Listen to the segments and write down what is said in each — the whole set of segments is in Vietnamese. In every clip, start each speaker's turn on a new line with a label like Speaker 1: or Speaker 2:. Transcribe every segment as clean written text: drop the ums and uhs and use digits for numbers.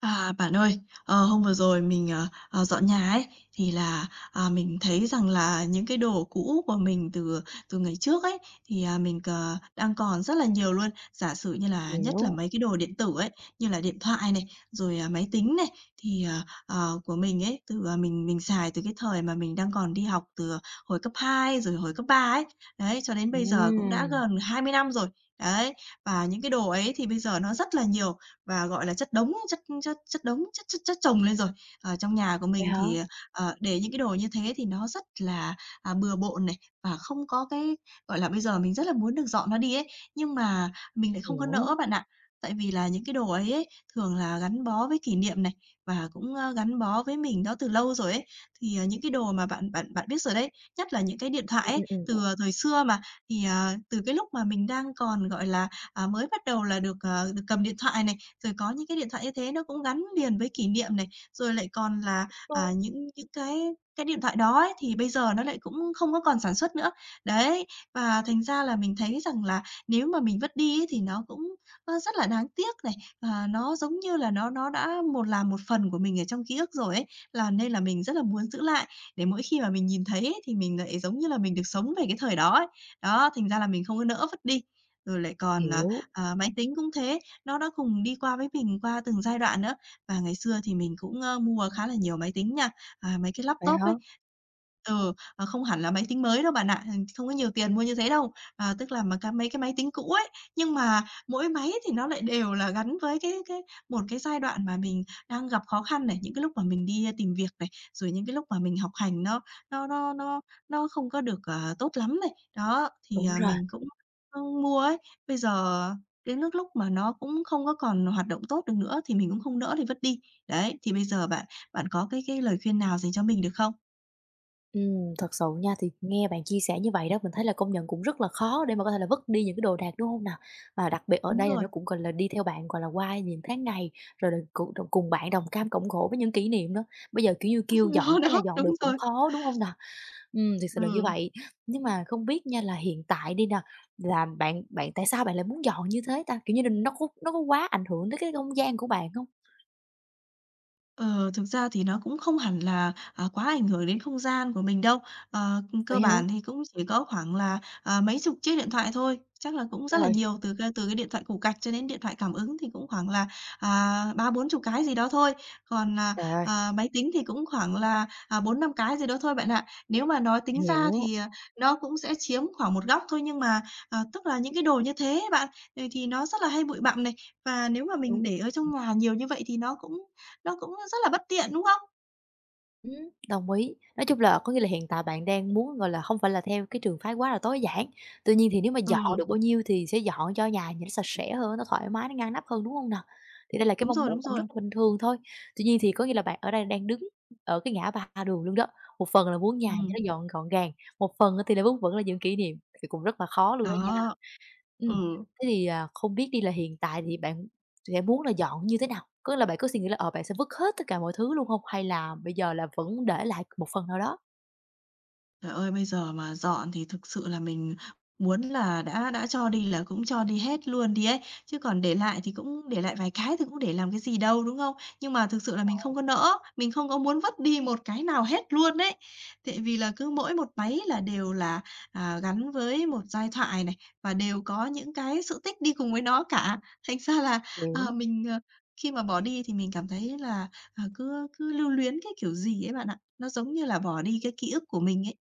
Speaker 1: Bạn ơi, hôm vừa rồi mình, dọn nhà ấy, thì là, mình thấy rằng là những cái đồ cũ của mình từ từ ngày trước ấy, thì, mình cờ đang còn rất là nhiều luôn. Giả sử như là nhất là
Speaker 2: Hiểu,
Speaker 1: mấy cái đồ điện tử ấy, như là điện thoại này, rồi, máy tính này, thì, của mình ấy, từ, mình xài từ cái thời mà mình đang còn đi học từ hồi cấp 2 rồi hồi cấp 3 ấy. Đấy, cho đến bây giờ cũng
Speaker 2: ừm,
Speaker 1: đã gần 20 năm rồi. Đấy, và những cái đồ ấy thì bây giờ nó rất là nhiều, và, gọi là, chất đống chất chất chất đống, chất chất chất chồng lên rồi. Ở trong nhà của
Speaker 2: vậy
Speaker 1: mình
Speaker 2: hả?
Speaker 1: thì, để những cái đồ như thế thì nó rất là, bừa bộn này, và không có cái gọi là, bây giờ mình rất là muốn được dọn nó đi ấy, nhưng mà mình lại không có nỡ
Speaker 2: Hiểu,
Speaker 1: bạn ạ. Tại vì là những cái đồ ấy ấy, thường là gắn bó với kỷ niệm này, và cũng, gắn bó với mình đó từ lâu rồi ấy. Thì, những cái đồ mà bạn bạn bạn biết rồi đấy, nhất là những cái điện thoại
Speaker 2: ừm,
Speaker 1: ấy,
Speaker 2: ừm.
Speaker 1: từ, thời xưa mà, thì, từ cái lúc mà mình đang còn, gọi là, mới bắt đầu là được, được cầm điện thoại này, rồi có những cái điện thoại như thế nó cũng gắn liền với kỷ niệm này, rồi lại còn là,
Speaker 2: Luôn,
Speaker 1: những cái điện thoại đó ấy, thì bây giờ nó lại cũng không có còn sản xuất nữa. Đấy, và thành ra là mình thấy rằng là nếu mà mình vứt đi ấy thì nó cũng, rất là đáng tiếc này, nó giống như là nó đã một là một phần của mình ở trong ký ức rồi ấy, là nên là mình rất là muốn giữ lại để mỗi khi mà mình nhìn thấy ấy thì mình lại giống như là mình được sống về cái thời đó ấy. Đó, thành ra là mình không có nỡ vứt đi. Rồi lại còn,
Speaker 2: hiểu,
Speaker 1: ờ, máy tính cũng thế, nó đã cùng đi qua với mình qua từng giai đoạn nữa. Và ngày xưa thì mình cũng, mua khá là nhiều máy tính nha, mấy cái
Speaker 2: vậy
Speaker 1: laptop
Speaker 2: hả?
Speaker 1: ấy. Ừ, không hẳn là máy tính mới đâu bạn ạ, ừ, không có nhiều tiền mua như thế đâu. À, tức là mà cái mấy cái máy tính cũ ấy, nhưng mà mỗi máy thì nó lại đều là gắn với cái một cái giai đoạn mà mình đang gặp khó khăn này, những cái lúc mà mình đi tìm việc này, rồi những cái lúc mà mình học hành nó nó nó nó không có được, tốt lắm này. Đó, thì,
Speaker 2: Đúng rồi.
Speaker 1: mình cũng, mua ấy. Bây giờ đến nước lúc mà nó cũng không có còn hoạt động tốt được nữa thì mình cũng không nỡ thì vứt đi. Đấy, thì bây giờ bạn bạn có cái lời khuyên nào dành cho mình được không?
Speaker 2: Thật sự nha, thì nghe bạn chia sẻ như vậy đó, mình thấy là công nhận cũng rất là khó để mà có thể là vứt đi những cái đồ đạc, đúng không nào? Và đặc biệt ở
Speaker 1: Đúng
Speaker 2: đây là
Speaker 1: rồi,
Speaker 2: nó cũng, gọi là, đi theo bạn, gọi là, qua những tháng ngày, rồi là cùng cùng bạn đồng cam cộng khổ với những kỷ niệm đó. Bây giờ, kiểu như, kêu dọn
Speaker 1: đó,
Speaker 2: cái là
Speaker 1: đó,
Speaker 2: dọn
Speaker 1: đúng
Speaker 2: được cũng
Speaker 1: rồi.
Speaker 2: khó, đúng không nào? Thực sự là như
Speaker 1: Ừ.
Speaker 2: vậy. Nhưng mà không biết nha là hiện tại đi nè, là bạn bạn tại sao bạn lại muốn dọn như thế ta? Kiểu như là nó có quá ảnh hưởng tới cái không gian của bạn không?
Speaker 1: Ờ, thực ra thì nó cũng không hẳn là, quá ảnh hưởng đến không gian của mình đâu. Ờ,
Speaker 2: Vậy
Speaker 1: cơ
Speaker 2: hả?
Speaker 1: bản thì cũng chỉ có khoảng là, mấy chục chiếc điện thoại thôi, chắc là cũng rất là
Speaker 2: Trời,
Speaker 1: nhiều, từ cái điện thoại củ cạch cho đến điện thoại cảm ứng thì cũng khoảng là, 30-40 cái gì đó thôi. Còn,
Speaker 2: trời ơi,
Speaker 1: máy tính thì cũng khoảng là, 4-5 cái gì đó thôi bạn ạ. Nếu mà nói tính ra
Speaker 2: hiểu,
Speaker 1: thì, nó cũng sẽ chiếm khoảng một góc thôi, nhưng mà, tức là những cái đồ như thế bạn, ừ, thì nó rất là hay bụi bặm này, và nếu mà mình
Speaker 2: đúng.
Speaker 1: để ở trong nhà nhiều như vậy thì nó cũng rất là bất tiện, đúng không?
Speaker 2: Ừm, đồng ý. Nói chung là có nghĩa là hiện tại bạn đang muốn, gọi là, không phải là theo cái trường phái quá là tối giản, tuy nhiên thì nếu mà dọn
Speaker 1: Ừm,
Speaker 2: được bao nhiêu thì sẽ dọn cho nhà nhìn nó sạch sẽ hơn, nó thoải mái, nó ngăn nắp hơn, đúng không nào? Thì đây là cái
Speaker 1: đúng
Speaker 2: mong
Speaker 1: rồi,
Speaker 2: muốn
Speaker 1: đúng
Speaker 2: cũng
Speaker 1: rồi.
Speaker 2: rất là bình thường thôi. Tuy nhiên thì có nghĩa là bạn ở đây đang đứng ở cái ngã ba đường luôn đó, một phần là muốn nhà cho
Speaker 1: Ừm,
Speaker 2: nó dọn gọn gàng, một phần thì là muốn vẫn là những kỷ niệm thì cũng rất là khó luôn đó nha.
Speaker 1: đó,
Speaker 2: Ừm,
Speaker 1: ừ.
Speaker 2: thế thì, không biết đi là hiện tại thì bạn sẽ muốn là dọn như thế nào? Có là bạn có suy nghĩ là, bạn sẽ vứt hết tất cả mọi thứ luôn hông? Hay là bây giờ là vẫn để lại một phần nào đó?
Speaker 1: Trời ơi, bây giờ mà dọn thì thực sự là mình muốn là đã cho đi là cũng cho đi hết luôn đi ấy, chứ còn để lại thì cũng để lại vài cái thì cũng để làm cái gì đâu, đúng không? Nhưng mà thực sự là mình không có nỡ, mình không có muốn vứt đi một cái nào hết luôn đấy. Tại vì là cứ mỗi một máy là đều là, gắn với một giai thoại này, và đều có những cái sự tích đi cùng với nó cả. Thành ra là,
Speaker 2: Hiểu,
Speaker 1: mình, khi mà bỏ đi thì mình cảm thấy là, cứ cứ lưu luyến cái kiểu gì ấy bạn ạ. Nó giống như là bỏ đi cái ký ức của mình ấy.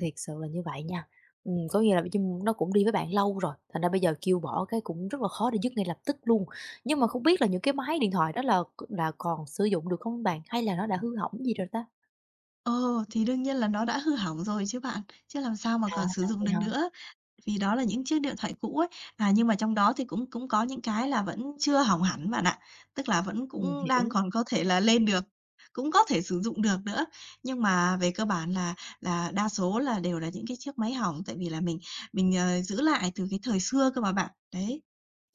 Speaker 2: thiệt sự là như vậy nha. Có nghĩa là chung nó cũng đi với bạn lâu rồi, thành ra bây giờ kêu bỏ cái cũng rất là khó để dứt ngay lập tức luôn. Nhưng mà không biết là những cái máy điện thoại đó là c là còn sử dụng được không bạn? Hay là nó đã hư hỏng gì rồi ta?
Speaker 1: Ờ, thì đương nhiên là nó đã hư hỏng rồi chứ bạn, chứ làm sao mà
Speaker 2: À,
Speaker 1: còn sử
Speaker 2: là
Speaker 1: dụng
Speaker 2: vậy
Speaker 1: được
Speaker 2: hả?
Speaker 1: nữa, vì đó là những chiếc điện thoại cũ ấy. À, nhưng mà trong đó thì cũng cũng có những cái là vẫn chưa hỏng hẳn bạn ạ, tức là vẫn cũng đang
Speaker 2: Hiểu.
Speaker 1: còn có thể là lên được, cũng có thể sử dụng được nữa. Nhưng mà về cơ bản là đa số là đều là những cái chiếc máy hỏng, tại vì là mình, giữ lại từ cái thời xưa cơ mà bạn. Đấy,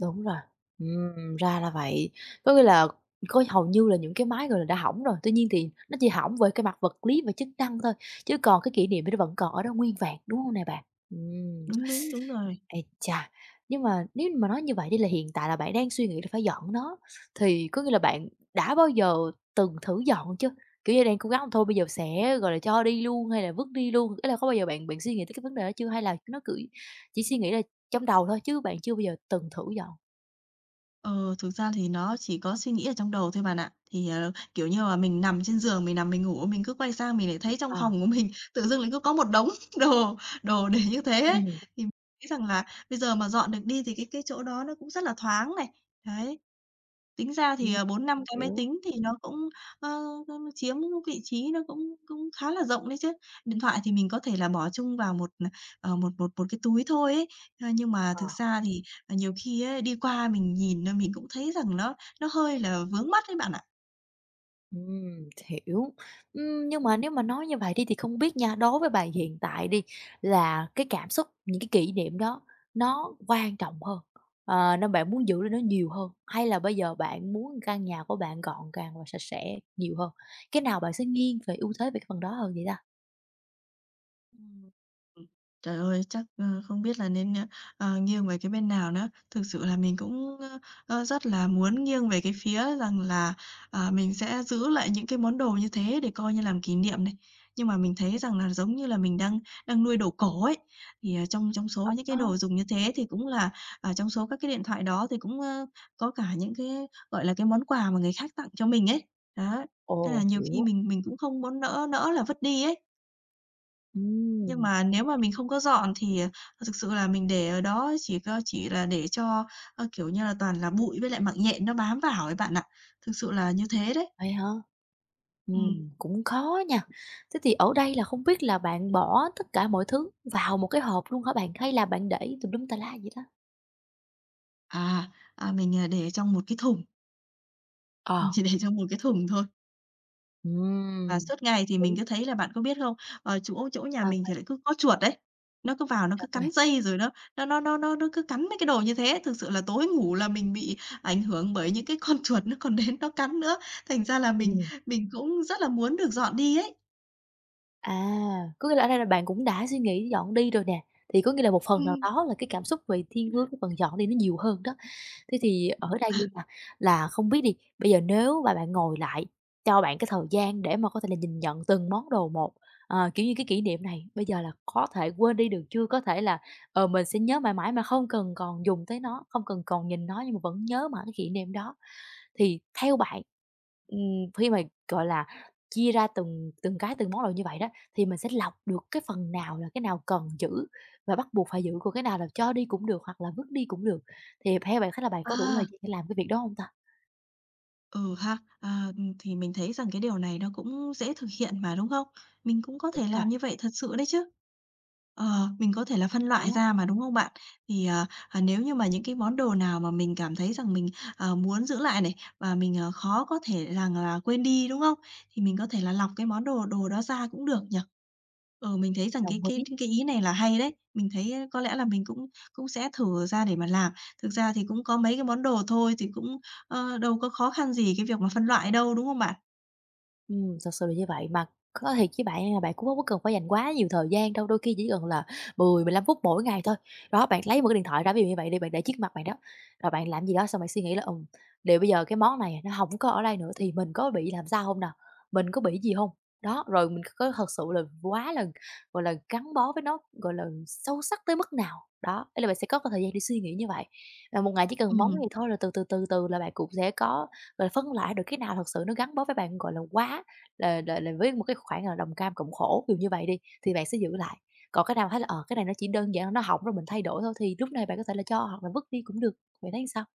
Speaker 2: Đúng rồi, ra là vậy. Có nghĩa là có hầu như là những cái máy, gọi là, đã hỏng rồi, tuy nhiên thì nó chỉ hỏng về cái mặt vật lý và chức năng thôi, chứ còn cái kỷ niệm thì nó vẫn còn ở đó nguyên vẹn, đúng không nè bạn? Ừm,
Speaker 1: đúng, đúng, đúng rồi.
Speaker 2: ây chà, nhưng mà nếu mà nói như vậy đi là hiện tại là bạn đang suy nghĩ là phải dọn nó, thì có nghĩa là bạn đã bao giờ từng thử dọn chưa? Kiểu như, đang cố gắng thôi bây giờ sẽ, gọi là, cho đi luôn hay là vứt đi luôn, ý là có bao giờ bạn bạn suy nghĩ tới cái vấn đề đó chưa? Hay là nó cứ chỉ suy nghĩ là trong đầu thôi chứ bạn chưa bao giờ từng thử dọn?
Speaker 1: Ờ, thực ra thì nó chỉ có suy nghĩ ở trong đầu thôi bạn ạ. Thì, kiểu như là, mình nằm trên giường, mình nằm mình ngủ, mình cứ quay sang mình lại thấy trong
Speaker 2: Ờ.
Speaker 1: phòng của mình tự dưng lại cứ có một đống đồ đồ để như thế ấy.
Speaker 2: Ừm,
Speaker 1: Thì mình nghĩ rằng là bây giờ mà dọn được đi thì cái chỗ đó nó cũng rất là thoáng này, đấy, tính ra thì,
Speaker 2: ừm,
Speaker 1: 4-5 cái máy
Speaker 2: hiểu.
Speaker 1: tính thì nó cũng, ơ, nó chiếm vị trí nó cũng cũng khá là rộng đấy chứ. Điện thoại thì mình có thể là bỏ chung vào một, một cái túi thôi ấy. Ơ, nhưng mà
Speaker 2: Ờ.
Speaker 1: thực ra thì, nhiều khi ấy, đi qua mình nhìn, mình cũng thấy rằng nó hơi là vướng mắt ấy bạn ạ.
Speaker 2: Ừm, hiểu. Nhưng mà nếu mà nói như vậy đi thì không biết nha, đối với bạn hiện tại đi là cái cảm xúc, những cái kỷ niệm đó nó quan trọng hơn, nên bạn muốn giữ lại nó nhiều hơn, hay là bây giờ bạn muốn căn nhà của bạn gọn gàng và sạch sẽ nhiều hơn? Cái nào bạn sẽ nghiêng về ưu thế về cái phần đó hơn vậy ta?
Speaker 1: Ừm. Trời ơi, chắc, không biết là nên, nghiêng về cái bên nào nữa. Thực sự là mình cũng, ơ, ơ, rất là muốn nghiêng về cái phía rằng là, mình sẽ giữ lại những cái món đồ như thế để coi như làm kỷ niệm này. Nhưng mà mình thấy rằng là giống như là mình đang đang nuôi đồ cổ ấy, thì, trong trong số những cái
Speaker 2: Ơ,
Speaker 1: đồ dùng như thế thì cũng là, trong số các cái điện thoại đó thì cũng, có cả những cái, gọi là, cái món quà mà người khác tặng cho mình ấy. Đó, nên
Speaker 2: ồ,
Speaker 1: là nhiều khi
Speaker 2: hiểu.
Speaker 1: mình cũng không muốn nỡ nỡ là vứt đi ấy. Nhưng
Speaker 2: Ừm,
Speaker 1: mà nếu mà mình không có dọn thì, thực sự là mình để ở đó chỉ là để cho, kiểu như là, toàn là bụi với lại mạng nhện nó bám vào ấy bạn ạ. Thực sự là như thế đấy.
Speaker 2: vậy hả?
Speaker 1: Ừm.
Speaker 2: Cũng khó nha. Thế thì ở đây là không biết là bạn bỏ tất cả mọi thứ vào một cái hộp luôn hả bạn? Hay là bạn để tùm lum tà la vậy đó?
Speaker 1: Mình, để trong một cái thùng, mình
Speaker 2: Ờ.
Speaker 1: chỉ để trong một cái thùng thôi. Và
Speaker 2: Ừm,
Speaker 1: suốt
Speaker 2: hợp
Speaker 1: ngày thì
Speaker 2: lý.
Speaker 1: mình cứ thấy là bạn có biết không, chỗ chỗ nhà
Speaker 2: Bao
Speaker 1: mình thì
Speaker 2: quanh
Speaker 1: lại cứ có chuột đấy, nó cứ vào nó
Speaker 2: cho
Speaker 1: cứ
Speaker 2: các
Speaker 1: cắn
Speaker 2: bạn.
Speaker 1: dây rồi nó cứ cắn mấy cái đồ như thế. Thực sự là tối ngủ là mình bị ảnh hưởng bởi những cái con chuột nó còn đến nó cắn nữa, thành ra là mình
Speaker 2: Ừm.
Speaker 1: mình cũng rất là muốn được dọn đi ấy.
Speaker 2: À, có nghĩa là ở đây là bạn cũng đã suy nghĩ dọn đi rồi nè, thì có nghĩa là một phần nào
Speaker 1: Ừm.
Speaker 2: đó là cái cảm xúc về thiên hướng cái phần dọn đi nó nhiều hơn đó. Thế thì ở đây
Speaker 1: À,
Speaker 2: đi là không biết đi, bây giờ nếu mà bạn ngồi lại, cho bạn cái thời gian để mà có thể là nhìn nhận từng món đồ một, kiểu như, cái kỷ niệm này bây giờ là có thể quên đi được chưa? Có thể là, mình sẽ nhớ mãi mãi mà không cần còn dùng tới nó, không cần còn nhìn nó nhưng mà vẫn nhớ mãi cái kỷ niệm đó. Thì theo bạn, ừm, khi mà, gọi là, chia ra từng từng cái, từng món đồ như vậy đó, thì mình sẽ lọc được cái phần nào là cái nào cần giữ và bắt buộc phải giữ, còn cái nào là cho đi cũng được hoặc là vứt đi cũng được? Thì theo bạn thấy là bạn có đủ thời
Speaker 1: ờ.
Speaker 2: gian để làm cái việc đó hông ta?
Speaker 1: Ừ ha, thì mình thấy rằng cái điều này nó cũng dễ thực hiện mà, đúng không? Mình cũng có
Speaker 2: Đúng
Speaker 1: thể
Speaker 2: rồi,
Speaker 1: làm như vậy thật sự đấy chứ. Ờ, mình có thể là phân
Speaker 2: đó,
Speaker 1: loại ra mà, đúng không bạn? Thì, nếu như mà những cái món đồ nào mà mình cảm thấy rằng mình, muốn giữ lại này, và mình, khó có thể rằng là quên đi, đúng không? Thì mình có thể là lọc cái món đồ đồ đó ra cũng được nhỉ? Ừ, mình thấy rằng
Speaker 2: đồng
Speaker 1: cái cái
Speaker 2: ý.
Speaker 1: cái ý này là hay đấy, mình thấy có lẽ là mình cũng cũng sẽ thử ra để mà làm. Thực ra thì cũng có mấy cái món đồ thôi thì cũng ờ, đâu có khó khăn gì cái việc mà phân loại đâu, đúng không bạn?
Speaker 2: Thật sự là như vậy. Mà có thiệt với bạn là bạn cũng không có cần phải dành quá nhiều thời gian đâu, đôi khi chỉ cần là mười 15 phút mỗi ngày thôi. Đó, bạn lấy một cái điện thoại ra, ví dụ như vậy đi, bạn để trước mặt bạn đó, rồi bạn làm gì đó xong bạn suy nghĩ là: liệu bây giờ cái món này nó hổng có ở đây nữa thì mình có bị làm sao không nè? Mình có bị gì không?" Đó, rồi mình có thật sự là quá là, gọi là, gắn bó với nó, gọi là, sâu sắc tới mức nào. Đó, ý là bạn sẽ có cái thời gian để suy nghĩ như vậy. Và một ngày chỉ cần món này
Speaker 1: Ừm,
Speaker 2: thôi là từ từ, từ từ là bạn cũng sẽ có và phân loại được cái nào thật sự nó gắn bó với bạn, gọi là, quá là với một cái khoảng là đồng cam cộng khổ, kiểu như vậy đi, thì bạn sẽ giữ lại. Còn cái nào thấy là, cái này nó chỉ đơn giản nó hỏng rồi mình thay đổi thôi thì lúc này bạn có thể là cho hoặc là vứt đi cũng được. Bạn thấy sao?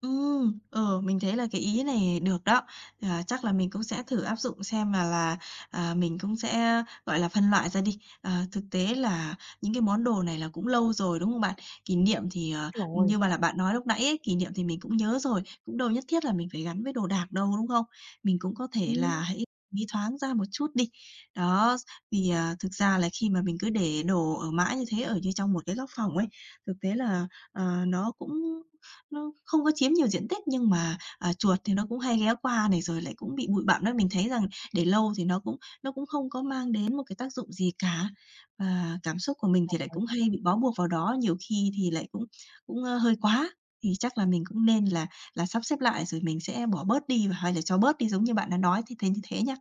Speaker 1: Ừm, ừ, mình thấy là cái ý này được đó. À, chắc là mình cũng sẽ thử áp dụng xem là, mình cũng sẽ, gọi là, phân loại ra đi. À, thực tế là những cái món đồ này là cũng lâu rồi, đúng không bạn? Kỷ niệm thì,
Speaker 2: Rồi.
Speaker 1: như mà là bạn nói lúc nãy ấy, kỷ niệm thì mình cũng nhớ rồi, cũng đâu nhất thiết là mình phải gắn với đồ đạc đâu, đúng không? Mình cũng có thể là hãy nghĩ thoáng ra một chút đi. Đó, vì, thực ra là khi mà mình cứ để đồ ở mãi như thế, ở như trong một cái góc phòng ấy, thực tế là, nó không có chiếm nhiều diện tích nhưng mà, chuột thì nó cũng hay ghé qua này, rồi lại cũng bị bụi bặm đó. Mình thấy rằng để lâu thì nó cũng không có mang đến một cái tác dụng gì cả. Và cảm xúc của mình thì lại cũng hay bị bó buộc vào đó, nhiều khi thì lại cũng cũng, hơi quá. Thì chắc là mình cũng nên là sắp xếp lại rồi mình sẽ bỏ bớt đi và hay là cho bớt đi giống như bạn đã nói, thì thế như thế nhá.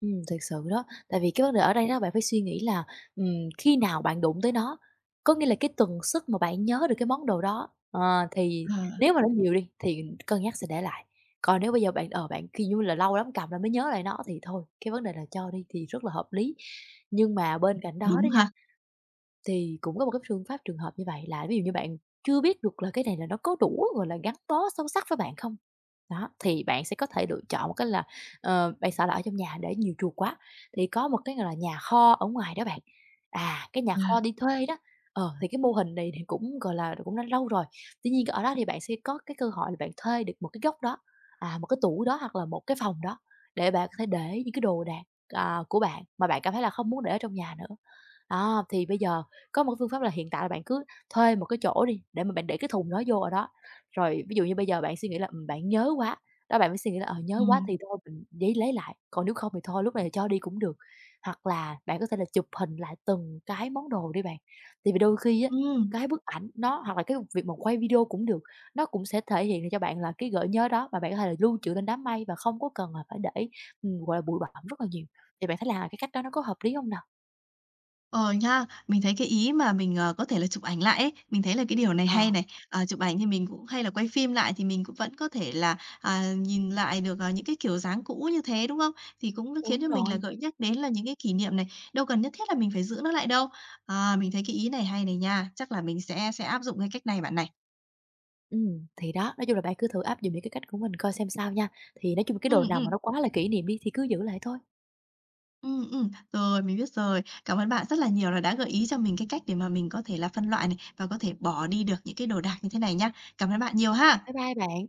Speaker 2: Thực sự đó, tại vì cái vấn đề ở đây đó bạn phải suy nghĩ là, ừm, khi nào bạn đụng tới nó, có nghĩa là cái tần suất mà bạn nhớ được cái món đồ đó, thì
Speaker 1: Ờ,
Speaker 2: nếu mà nó nhiều đi thì cân nhắc sẽ để lại, còn nếu bây giờ bạn, bạn khi như là, lâu lắm cầm lại mới nhớ lại nó thì thôi, cái vấn đề là cho đi thì rất là hợp lý. Nhưng mà bên cạnh đó đó
Speaker 1: đúng
Speaker 2: nha
Speaker 1: ha.
Speaker 2: thì cũng có một cái phương pháp trường hợp như vậy là ví dụ như bạn chưa biết được là cái này là nó có đủ, gọi là, gắn bó sâu sắc với bạn không? Đó, thì bạn sẽ có thể lựa chọn một cái là, bạn sợ là ở trong nhà để nhiều chuột quá, thì có một cái, gọi là, nhà kho ở ngoài đó bạn. À, cái nhà
Speaker 1: Yeah.
Speaker 2: kho đi thuê đó, thì cái mô hình này thì cũng, gọi là, cũng đã lâu rồi. Tuy nhiên ở đó thì bạn sẽ có cái cơ hội là bạn thuê được một cái góc đó, một cái tủ đó hoặc là một cái phòng đó để bạn có thể để những cái đồ đạc, của bạn mà bạn cảm thấy là không muốn để ở trong nhà nữa. Đó, thì bây giờ có một cái phương pháp là hiện tại là bạn cứ thuê một cái chỗ đi, để mà bạn để cái thùng đó vô ở đó. Rồi ví dụ như bây giờ bạn suy nghĩ là, bạn nhớ quá, đó, bạn mới suy nghĩ là, nhớ quá thì
Speaker 1: Ừ,
Speaker 2: thôi mình giấy lấy lại, còn nếu không thì thôi lúc này thì cho đi cũng được. Hoặc là bạn có thể là chụp hình lại từng cái món đồ đi bạn, tại vì đôi khi á,
Speaker 1: ừm.
Speaker 2: cái bức ảnh nó hoặc là cái việc mà quay video cũng được, nó cũng sẽ thể hiện cho bạn là cái gợi nhớ đó và bạn có thể là lưu trữ lên đám mây và không có cần là phải để, gọi là, bụi bặm rất là nhiều. Thì bạn thấy là cái cách đó nó có hợp lý không nào?
Speaker 1: Ờ, nha. Mình thấy cái ý mà mình, có thể là chụp ảnh lại ấy, mình thấy là cái điều này
Speaker 2: Ờ,
Speaker 1: hay này. Ờ, chụp ảnh thì mình cũng hay là quay phim lại thì mình cũng vẫn có thể là, nhìn lại được, những cái kiểu dáng cũ như thế, đúng không? Thì cũng khiến
Speaker 2: đúng
Speaker 1: cho mình là
Speaker 2: rồi.
Speaker 1: gợi nhắc đến là những cái kỷ niệm này, đâu cần nhất thiết là mình phải giữ nó lại đâu. À, mình thấy cái ý này hay này nha, chắc là mình sẽ áp dụng cái cách này bạn này.
Speaker 2: Thì đó, nói chung là bạn cứ thử áp dụng những cái cách của mình coi xem sao nha. Thì nói chung cái đồ
Speaker 1: Ừm,
Speaker 2: nào mà
Speaker 1: ừm.
Speaker 2: nó quá là kỷ niệm đi thì cứ giữ lại thôi.
Speaker 1: Rồi, mình biết rồi. Cảm ơn bạn rất là nhiều là đã gợi ý cho mình cái cách để mà mình có thể là phân loại này và có thể bỏ đi được những cái đồ đạc như thế này nhá. Cảm ơn bạn nhiều ha.
Speaker 2: Bye bye bạn.